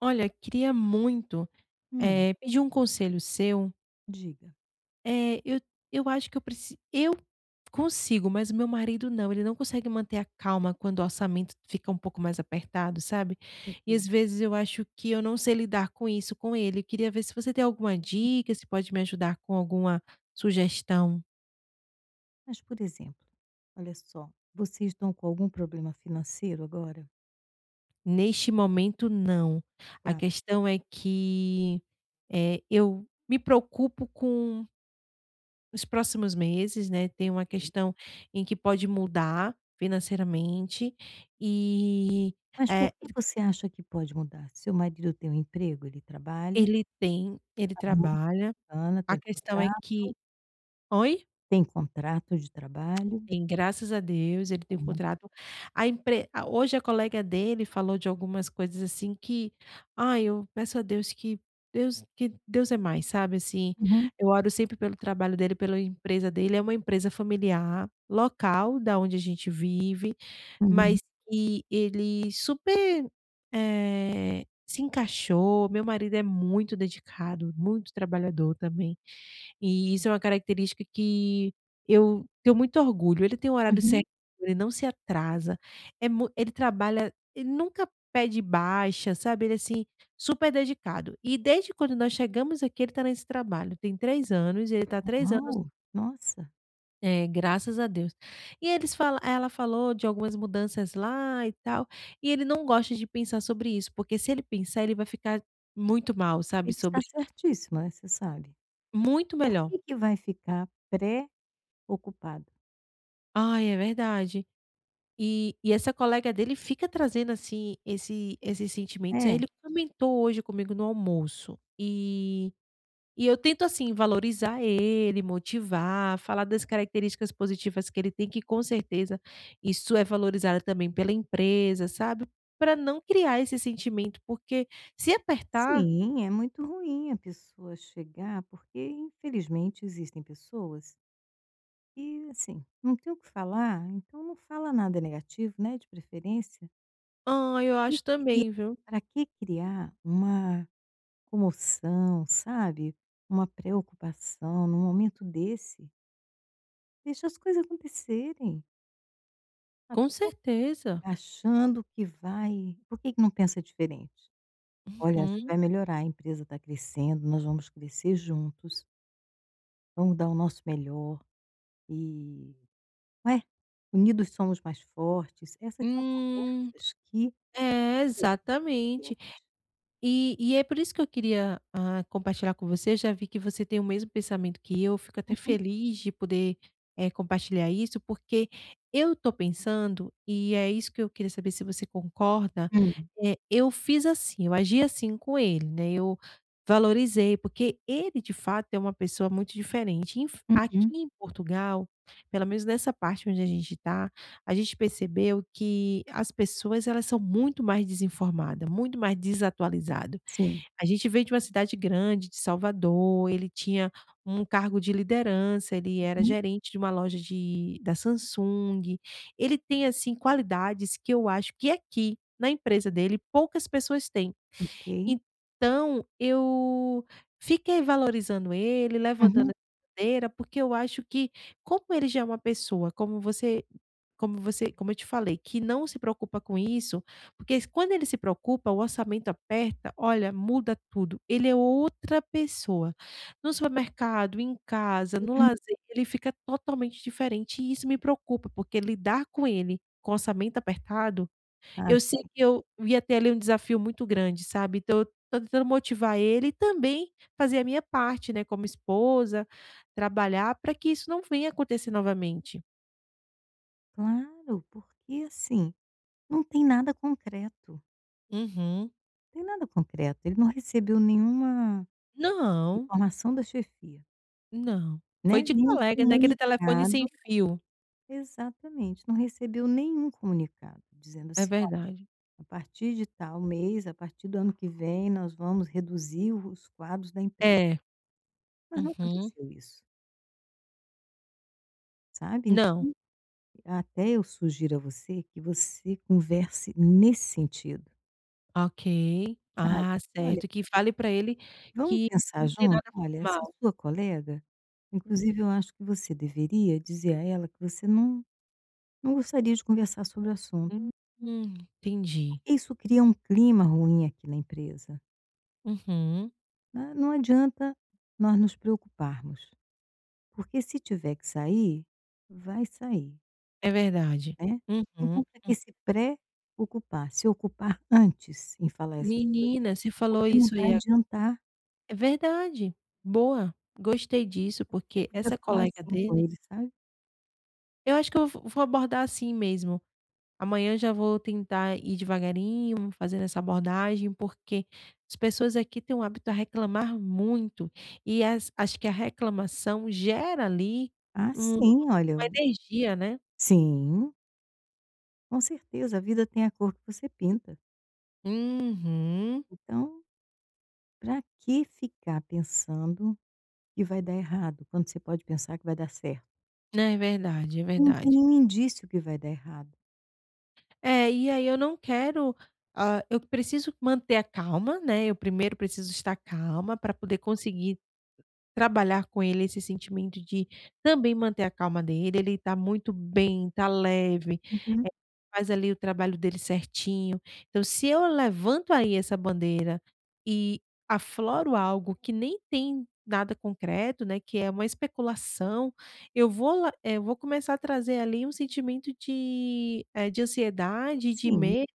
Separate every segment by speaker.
Speaker 1: Olha, queria muito,
Speaker 2: Hum,
Speaker 1: pedir um conselho seu.
Speaker 2: diga.
Speaker 1: Eh, eu eu acho que eu preciso. Eu consigo, mas o meu marido não, ele não consegue manter a calma quando o orçamento fica um pouco mais apertado, sabe. E
Speaker 2: Ok.
Speaker 1: às vezes eu acho que eu não sei lidar com isso com ele. Eu queria ver se você tem alguma dica, se pode me ajudar com alguma sugestão.
Speaker 2: Mas, por exemplo, olha só, vocês estão com algum problema financeiro agora?
Speaker 1: Neste momento, não. A
Speaker 2: Tá,
Speaker 1: questão é que, eu me preocupo com nos próximos meses, né, tem uma
Speaker 2: ok.
Speaker 1: questão em que pode mudar financeiramente e,
Speaker 2: Mas por
Speaker 1: eh,
Speaker 2: que você acha que pode mudar? Seu marido tem um emprego, ele trabalha,
Speaker 1: ele
Speaker 2: aham,
Speaker 1: trabalha,
Speaker 2: bacana,
Speaker 1: a questão é que oi?
Speaker 2: tem contrato de trabalho.
Speaker 1: Tem, graças a Deus, ele tem um
Speaker 2: Pronto.
Speaker 1: contrato. A hoje a colega dele falou de algumas coisas, assim, que: "Ai, eu peço a Deus que Deus é mais", sabe, assim,
Speaker 2: Uhum,
Speaker 1: eu oro sempre pelo trabalho dele, pela empresa dele, é uma empresa familiar, local da onde a gente vive.
Speaker 2: uhum,
Speaker 1: Mas que ele super, se encaixou. Meu marido é muito dedicado, muito trabalhador também, e isso é uma característica que eu tenho muito orgulho. Ele tem um horário certo,
Speaker 2: uhum.
Speaker 1: ele não se atrasa, é mu ele trabalha ele nunca pede baixa, sabe, ele, é assim, super dedicado. E desde quando nós chegamos aqui, ele está nesse trabalho. Tem 3 anos, ele está três anos
Speaker 2: Uau! Nossa,
Speaker 1: é, graças a Deus. E eles fala ela falou de algumas mudanças lá e tal, e ele não gosta de pensar sobre isso, porque se ele pensar, ele vai ficar muito mal, sabe,
Speaker 2: ele está
Speaker 1: sobre
Speaker 2: certíssimo, né, você sabe.
Speaker 1: muito
Speaker 2: Por
Speaker 1: melhor.
Speaker 2: que que vai ficar preocupado?
Speaker 1: Ai, é verdade. E essa colega dele fica trazendo, assim, esses sentimentos. Aí ele comentou hoje comigo no almoço. E eu tento, assim, valorizar ele, motivar, falar das características positivas que ele tem, que com certeza isso é valorizado também pela empresa, sabe, para não criar esse sentimento, porque se apertar
Speaker 2: Sim, é muito ruim a pessoa chegar, porque infelizmente existem pessoas que, assim, não tem o que falar, então não fala nada negativo, né, de preferência.
Speaker 1: ah, eu
Speaker 2: E
Speaker 1: acho
Speaker 2: cria
Speaker 1: também, viu.
Speaker 2: pra que criar uma comoção, sabe, uma preocupação num momento desse? Deixa as coisas acontecerem. Mas
Speaker 1: Com certeza.
Speaker 2: achando que vai por que que não pensa diferente? "Olha, acho que
Speaker 1: Uhum.
Speaker 2: vai melhorar, a empresa está crescendo, nós vamos crescer juntos". Vamos dar o nosso melhor e, não é, unidos somos mais fortes. Essas são
Speaker 1: Hum.
Speaker 2: conversas que
Speaker 1: É, exatamente. E é por isso que eu queria, ah, compartilhar com você, eu já vi que você tem o mesmo pensamento que eu, fico até feliz de poder, compartilhar isso, porque eu estou pensando, e é isso que eu queria saber se você concorda,
Speaker 2: Hum,
Speaker 1: eu fiz assim, eu agi assim com ele, né, eu valorizei, porque ele de fato é uma pessoa muito diferente. Inf Aqui
Speaker 2: uhum.
Speaker 1: em Portugal, pelo menos nessa parte onde a gente está. A gente percebeu que as pessoas elas são muito mais desinformadas, muito mais desatualizado.
Speaker 2: Sim,
Speaker 1: A gente veio de uma cidade grande, de Salvador, ele tinha um cargo de liderança, ele era
Speaker 2: uhum,
Speaker 1: gerente de uma loja de da Samsung. Ele tem, assim, qualidades que eu acho que aqui, na empresa dele, poucas pessoas têm.
Speaker 2: ok.
Speaker 1: Então, eu fiquei valorizando ele, levantando
Speaker 2: Uhum,
Speaker 1: essa bandeira, porque eu acho que como ele já é uma pessoa, como você como você como eu te falei, que não se preocupa com isso, porque s quando ele se preocupa, o orçamento aperta, olha, muda tudo. Ele é outra pessoa. No supermercado, em casa, no
Speaker 2: uhum.
Speaker 1: lazer, ele fica totalmente diferente e isso me preocupa, porque lidar com ele com orçamento apertado
Speaker 2: Ah,
Speaker 1: eu sei
Speaker 2: sim,
Speaker 1: que eu ia ter ali um desafio muito grande, sabe, então eu tô tentando motivar ele e também fazer a minha parte, né, como esposa, trabalhar para que isso não venha acontecer novamente.
Speaker 2: claro, porque assim, não tem nada concreto,
Speaker 1: Uhum.
Speaker 2: não tem nada concreto. Ele não recebeu nenhuma
Speaker 1: Não,
Speaker 2: informação da chefia,
Speaker 1: não. Foi
Speaker 2: né,
Speaker 1: de
Speaker 2: nenhum
Speaker 1: colega, né, aquele telefone sem
Speaker 2: comunicado,
Speaker 1: fio.
Speaker 2: exatamente, não recebeu nenhum comunicado dizendo
Speaker 1: É
Speaker 2: assim:
Speaker 1: verdade.
Speaker 2: a partir de tal mês, a partir do ano que vem, nós vamos reduzir o os quadros da empresa.
Speaker 1: É.
Speaker 2: Mas não
Speaker 1: Uhum.
Speaker 2: aconteceu isso, sabe.
Speaker 1: Não.
Speaker 2: Então, até eu sugiro a você que você converse nesse sentido,
Speaker 1: Ok.
Speaker 2: sabe.
Speaker 1: Ah,
Speaker 2: "Olha,
Speaker 1: certo, que fale para ele
Speaker 2: vamos
Speaker 1: que
Speaker 2: pensar
Speaker 1: não tem
Speaker 2: junto?
Speaker 1: nada
Speaker 2: Olha, essa
Speaker 1: formal.
Speaker 2: sua colega,
Speaker 1: Hum.
Speaker 2: inclusive eu acho que você deveria dizer a ela que você não não gostaria de conversar sobre o assunto.
Speaker 1: Hum, entendi.
Speaker 2: Isso cria um clima ruim aqui na empresa,
Speaker 1: Uhum.
Speaker 2: né. Não adianta nós nos preocuparmos". Porque se tiver que sair, vai sair,
Speaker 1: É verdade.
Speaker 2: né.
Speaker 1: Uhum.
Speaker 2: Então para que se preocupar, se ocupar antes em falar essas coisas,
Speaker 1: Menina, você falou
Speaker 2: porque não
Speaker 1: isso
Speaker 2: vai
Speaker 1: aí a
Speaker 2: adiantar.
Speaker 1: é verdade. Boa, gostei disso,
Speaker 2: Você
Speaker 1: porque
Speaker 2: podia
Speaker 1: essa
Speaker 2: falar
Speaker 1: colega
Speaker 2: assim com
Speaker 1: dele
Speaker 2: ele, sabe.
Speaker 1: eu acho que eu vou abordar assim mesmo. Amanhã já vou tentar ir devagarinho, fazendo essa abordagem, porque as pessoas aqui têm o hábito a reclamar muito e as acho que a reclamação gera ali
Speaker 2: Ah, sim, olha,
Speaker 1: uma
Speaker 2: eu-
Speaker 1: energia, né.
Speaker 2: sim, com certeza, a vida tem a cor que você pinta.
Speaker 1: Uhum.
Speaker 2: Então, para que ficar pensando que vai dar errado, quando você pode pensar que vai dar certo?
Speaker 1: É verdade, é
Speaker 2: Não tem
Speaker 1: verdade.
Speaker 2: nenhum indício que vai dar errado.
Speaker 1: É, e aí eu não quero, eu preciso manter a calma, né, eu primeiro preciso estar calma para poder conseguir trabalhar com ele esse sentimento de também manter a calma dele, ele tá muito bem, tá leve,
Speaker 2: Uhum.
Speaker 1: eh, faz ali o trabalho dele certinho. Então se eu levanto aí essa bandeira e afloro algo que nem tem nada concreto, né, que é uma especulação, eu vou começar a trazer ali um sentimento de, de ansiedade, de
Speaker 2: Sim,
Speaker 1: medo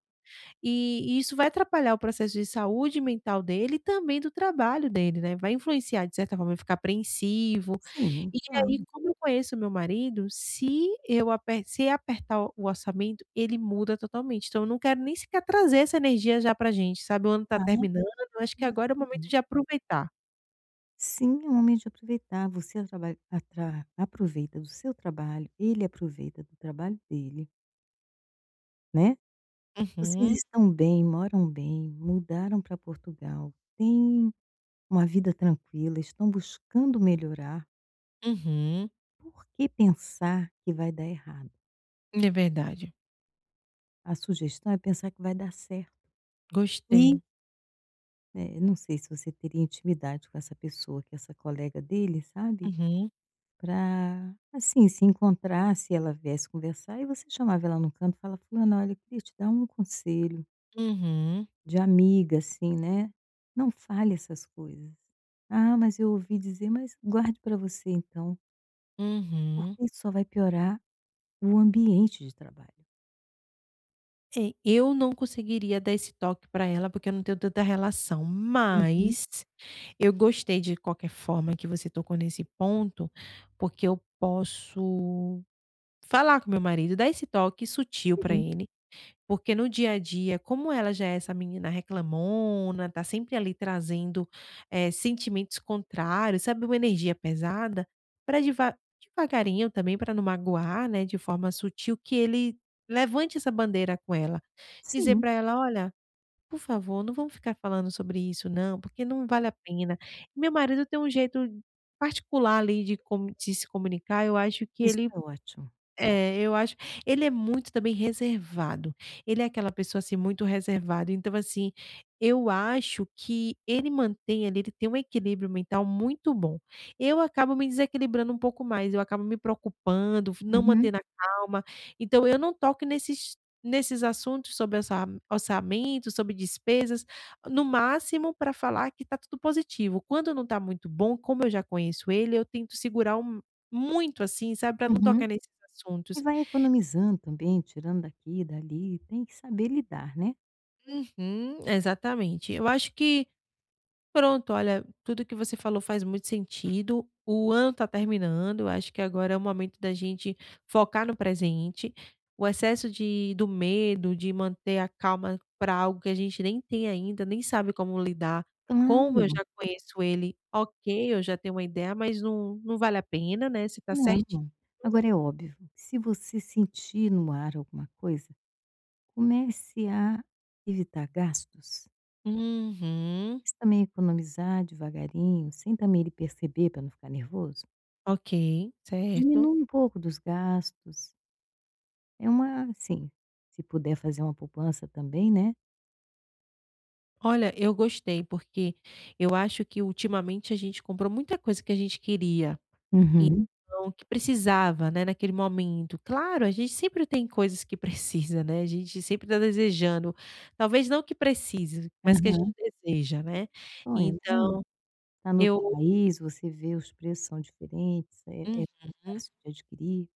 Speaker 1: e isso vai atrapalhar o processo de saúde mental dele e também do trabalho dele, né, vai influenciar de certa forma, ele ficar apreensivo.
Speaker 2: sim,
Speaker 1: E aí,
Speaker 2: claro,
Speaker 1: como eu conheço meu marido, se eu aper se apertar o orçamento, ele muda totalmente. Então eu não quero nem sequer trazer essa energia já pra gente, sabe, o ano tá
Speaker 2: claro,
Speaker 1: terminando. Eu acho que
Speaker 2: claro.
Speaker 1: agora é o momento de aproveitar.
Speaker 2: Sim, é um momento de aproveitar. Você atraba atra aproveita do seu trabalho, ele aproveita do trabalho dele, né. Vocês
Speaker 1: Uhum,
Speaker 2: estão bem, moram bem, mudaram para Portugal, têm uma vida tranquila, estão buscando melhorar.
Speaker 1: uhum.
Speaker 2: Por que pensar que vai dar errado?
Speaker 1: É verdade.
Speaker 2: A sugestão é pensar que vai dar certo. E,
Speaker 1: Gostei.
Speaker 2: não sei se você teria intimidade com essa pessoa, que é essa colega dele, sabe?
Speaker 1: Uhum,
Speaker 2: Pra, assim, se encontrar, se ela viesse conversar, e você chamava ela num canto e fala: "Fulana, olha, eu queria te dar um conselho
Speaker 1: uhum,
Speaker 2: de amiga, assim, né, não fale essas coisas. Ah, mas eu ouvi dizer, mas guarde para você então,
Speaker 1: uhum.
Speaker 2: porque isso só vai piorar o ambiente de trabalho".
Speaker 1: É, eu não conseguiria dar esse toque para ela, porque eu não tenho tanta relação,
Speaker 2: Uhum.
Speaker 1: mas eu gostei de qualquer forma que você tocou nesse ponto, porque eu posso falar com meu marido, dar esse toque sutil para
Speaker 2: Sim,
Speaker 1: ele, porque no dia a dia, como ela já é essa menina reclamona, tá sempre ali trazendo, sentimentos contrários, sabe, uma energia pesada, para devagarinho também, para não magoar, né, de forma sutil, que ele levante essa bandeira com ela. Dizer
Speaker 2: sim,
Speaker 1: para ela: "Olha, por favor, não vamos ficar falando sobre isso não, porque não vale a pena. Meu marido tem um jeito particular ali de como de se comunicar, eu acho que
Speaker 2: isso
Speaker 1: ele
Speaker 2: é ótimo.
Speaker 1: é, eu acho ele é muito também reservado. Ele é aquela pessoa, assim, muito reservado. Então, assim, eu acho que ele mantém ali ele tem um equilíbrio mental muito bom. Eu acabo me desequilibrando um pouco mais, eu acabo me preocupando, não
Speaker 2: Uhum,
Speaker 1: mantendo a calma. Então eu não toco nesses assuntos sobre orçamento, sobre despesas, no máximo para falar que está tudo positivo. Quando não está muito bom, como eu já conheço ele, eu tento segurar o muito assim, sabe, para não
Speaker 2: uhum.
Speaker 1: tocar nesses
Speaker 2: E
Speaker 1: assuntos.
Speaker 2: vai economizando também, tirando daqui e dali, tem que saber lidar, né?
Speaker 1: Uhum, exatamente. Eu acho que pronto, olha, tudo que você falou faz muito sentido. O ano está terminando, eu acho que agora é o momento da gente focar no presente. O excesso de do medo, de manter a calma para algo que a gente nem tem ainda, nem sabe como lidar. Como eu
Speaker 2: Claro.
Speaker 1: já conheço ele, ok, eu já tenho uma ideia, mas não vale a pena, né, se tá
Speaker 2: Não.
Speaker 1: certi
Speaker 2: Agora é óbvio, se você sentir no ar alguma coisa, comece a evitar gastos,
Speaker 1: Uhum,
Speaker 2: mas também economizar devagarinho, sem também ele perceber para não ficar nervoso.
Speaker 1: ok, certo.
Speaker 2: Diminua um pouco dos gastos, é uma assim, se puder fazer uma poupança também, né.
Speaker 1: Olha, eu gostei, porque eu acho que ultimamente a gente comprou muita coisa que a gente queria e
Speaker 2: Uhum.
Speaker 1: não que precisava, né, naquele momento. Claro, a gente sempre tem coisas que precisa, né? A gente sempre está desejando. Talvez não que precise, mas que a gente
Speaker 2: Aham.
Speaker 1: deseja, né?
Speaker 2: Sonho, né,
Speaker 1: Então,
Speaker 2: tá no outro
Speaker 1: eu
Speaker 2: país, você vê os preços são diferentes, é é
Speaker 1: Uhum.
Speaker 2: fácil de adquirir.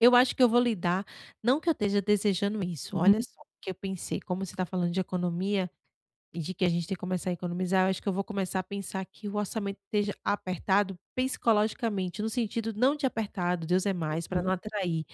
Speaker 1: Eu acho que eu vou lidar, não que eu esteja desejando isso. Olha
Speaker 2: Uhum.
Speaker 1: só o que eu pensei, como você está falando de economia, e de que a gente tem que começar a economizar, eu acho que eu vou começar a pensar que o orçamento esteja apertado psicologicamente, no sentido não de apertado, Deus é mais, para não
Speaker 2: Uhum.
Speaker 1: atrair,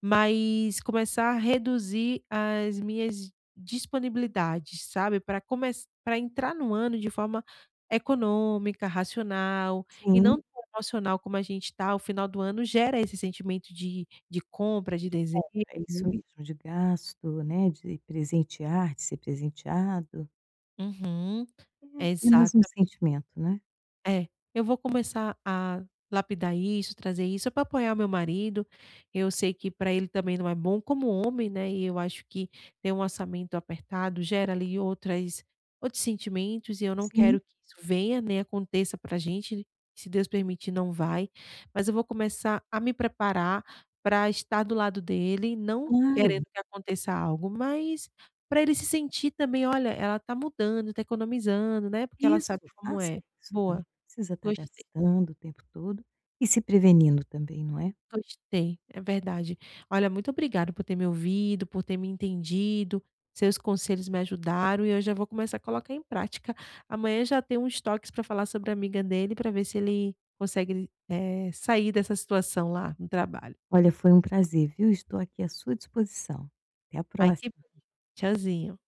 Speaker 1: mas começar a reduzir as minhas disponibilidades, sabe, para começar, para entrar no ano de forma econômica, racional e
Speaker 2: Sim.
Speaker 1: não tão emocional como a gente está. O final do ano gera esse sentimento de compra, de
Speaker 2: De
Speaker 1: desejo.
Speaker 2: compra, é isso mesmo, de gasto, né, de presentear, de ser presenteado.
Speaker 1: Uhum.
Speaker 2: É apenas um
Speaker 1: Exato.
Speaker 2: sentimento, né.
Speaker 1: É, eu vou começar a lapidar isso, trazer isso para apoiar o meu marido. Eu sei que para ele também não é bom como homem, né? E eu acho que ter um orçamento apertado gera ali outras outros sentimentos e eu não quero
Speaker 2: Sim,
Speaker 1: que isso venha, nem aconteça para a gente. Se Deus permitir, não vai. Mas eu vou começar a me preparar para estar do lado dele, não
Speaker 2: claro.
Speaker 1: querendo que aconteça algo, mas para ele se sentir também, olha, ela tá mudando, tá economizando, né? Porque ela
Speaker 2: Isso,
Speaker 1: sabe como
Speaker 2: faça
Speaker 1: é.
Speaker 2: isso também.
Speaker 1: Boa.
Speaker 2: Não precisa estar
Speaker 1: Gostei,
Speaker 2: gastando o tempo todo e se prevenindo também, não é.
Speaker 1: gostei, é verdade. Olha, muito obrigado por ter me ouvido, por ter me entendido. Seus conselhos me ajudaram e eu já vou começar a colocar em prática. Amanhã já tenho uns toques para falar sobre a amiga dele, para ver se ele consegue, sair dessa situação lá no trabalho.
Speaker 2: Olha, foi um prazer, viu. Estou aqui à sua disposição. Até a
Speaker 1: Ai, que
Speaker 2: próxima.
Speaker 1: bom. Tchauzinho.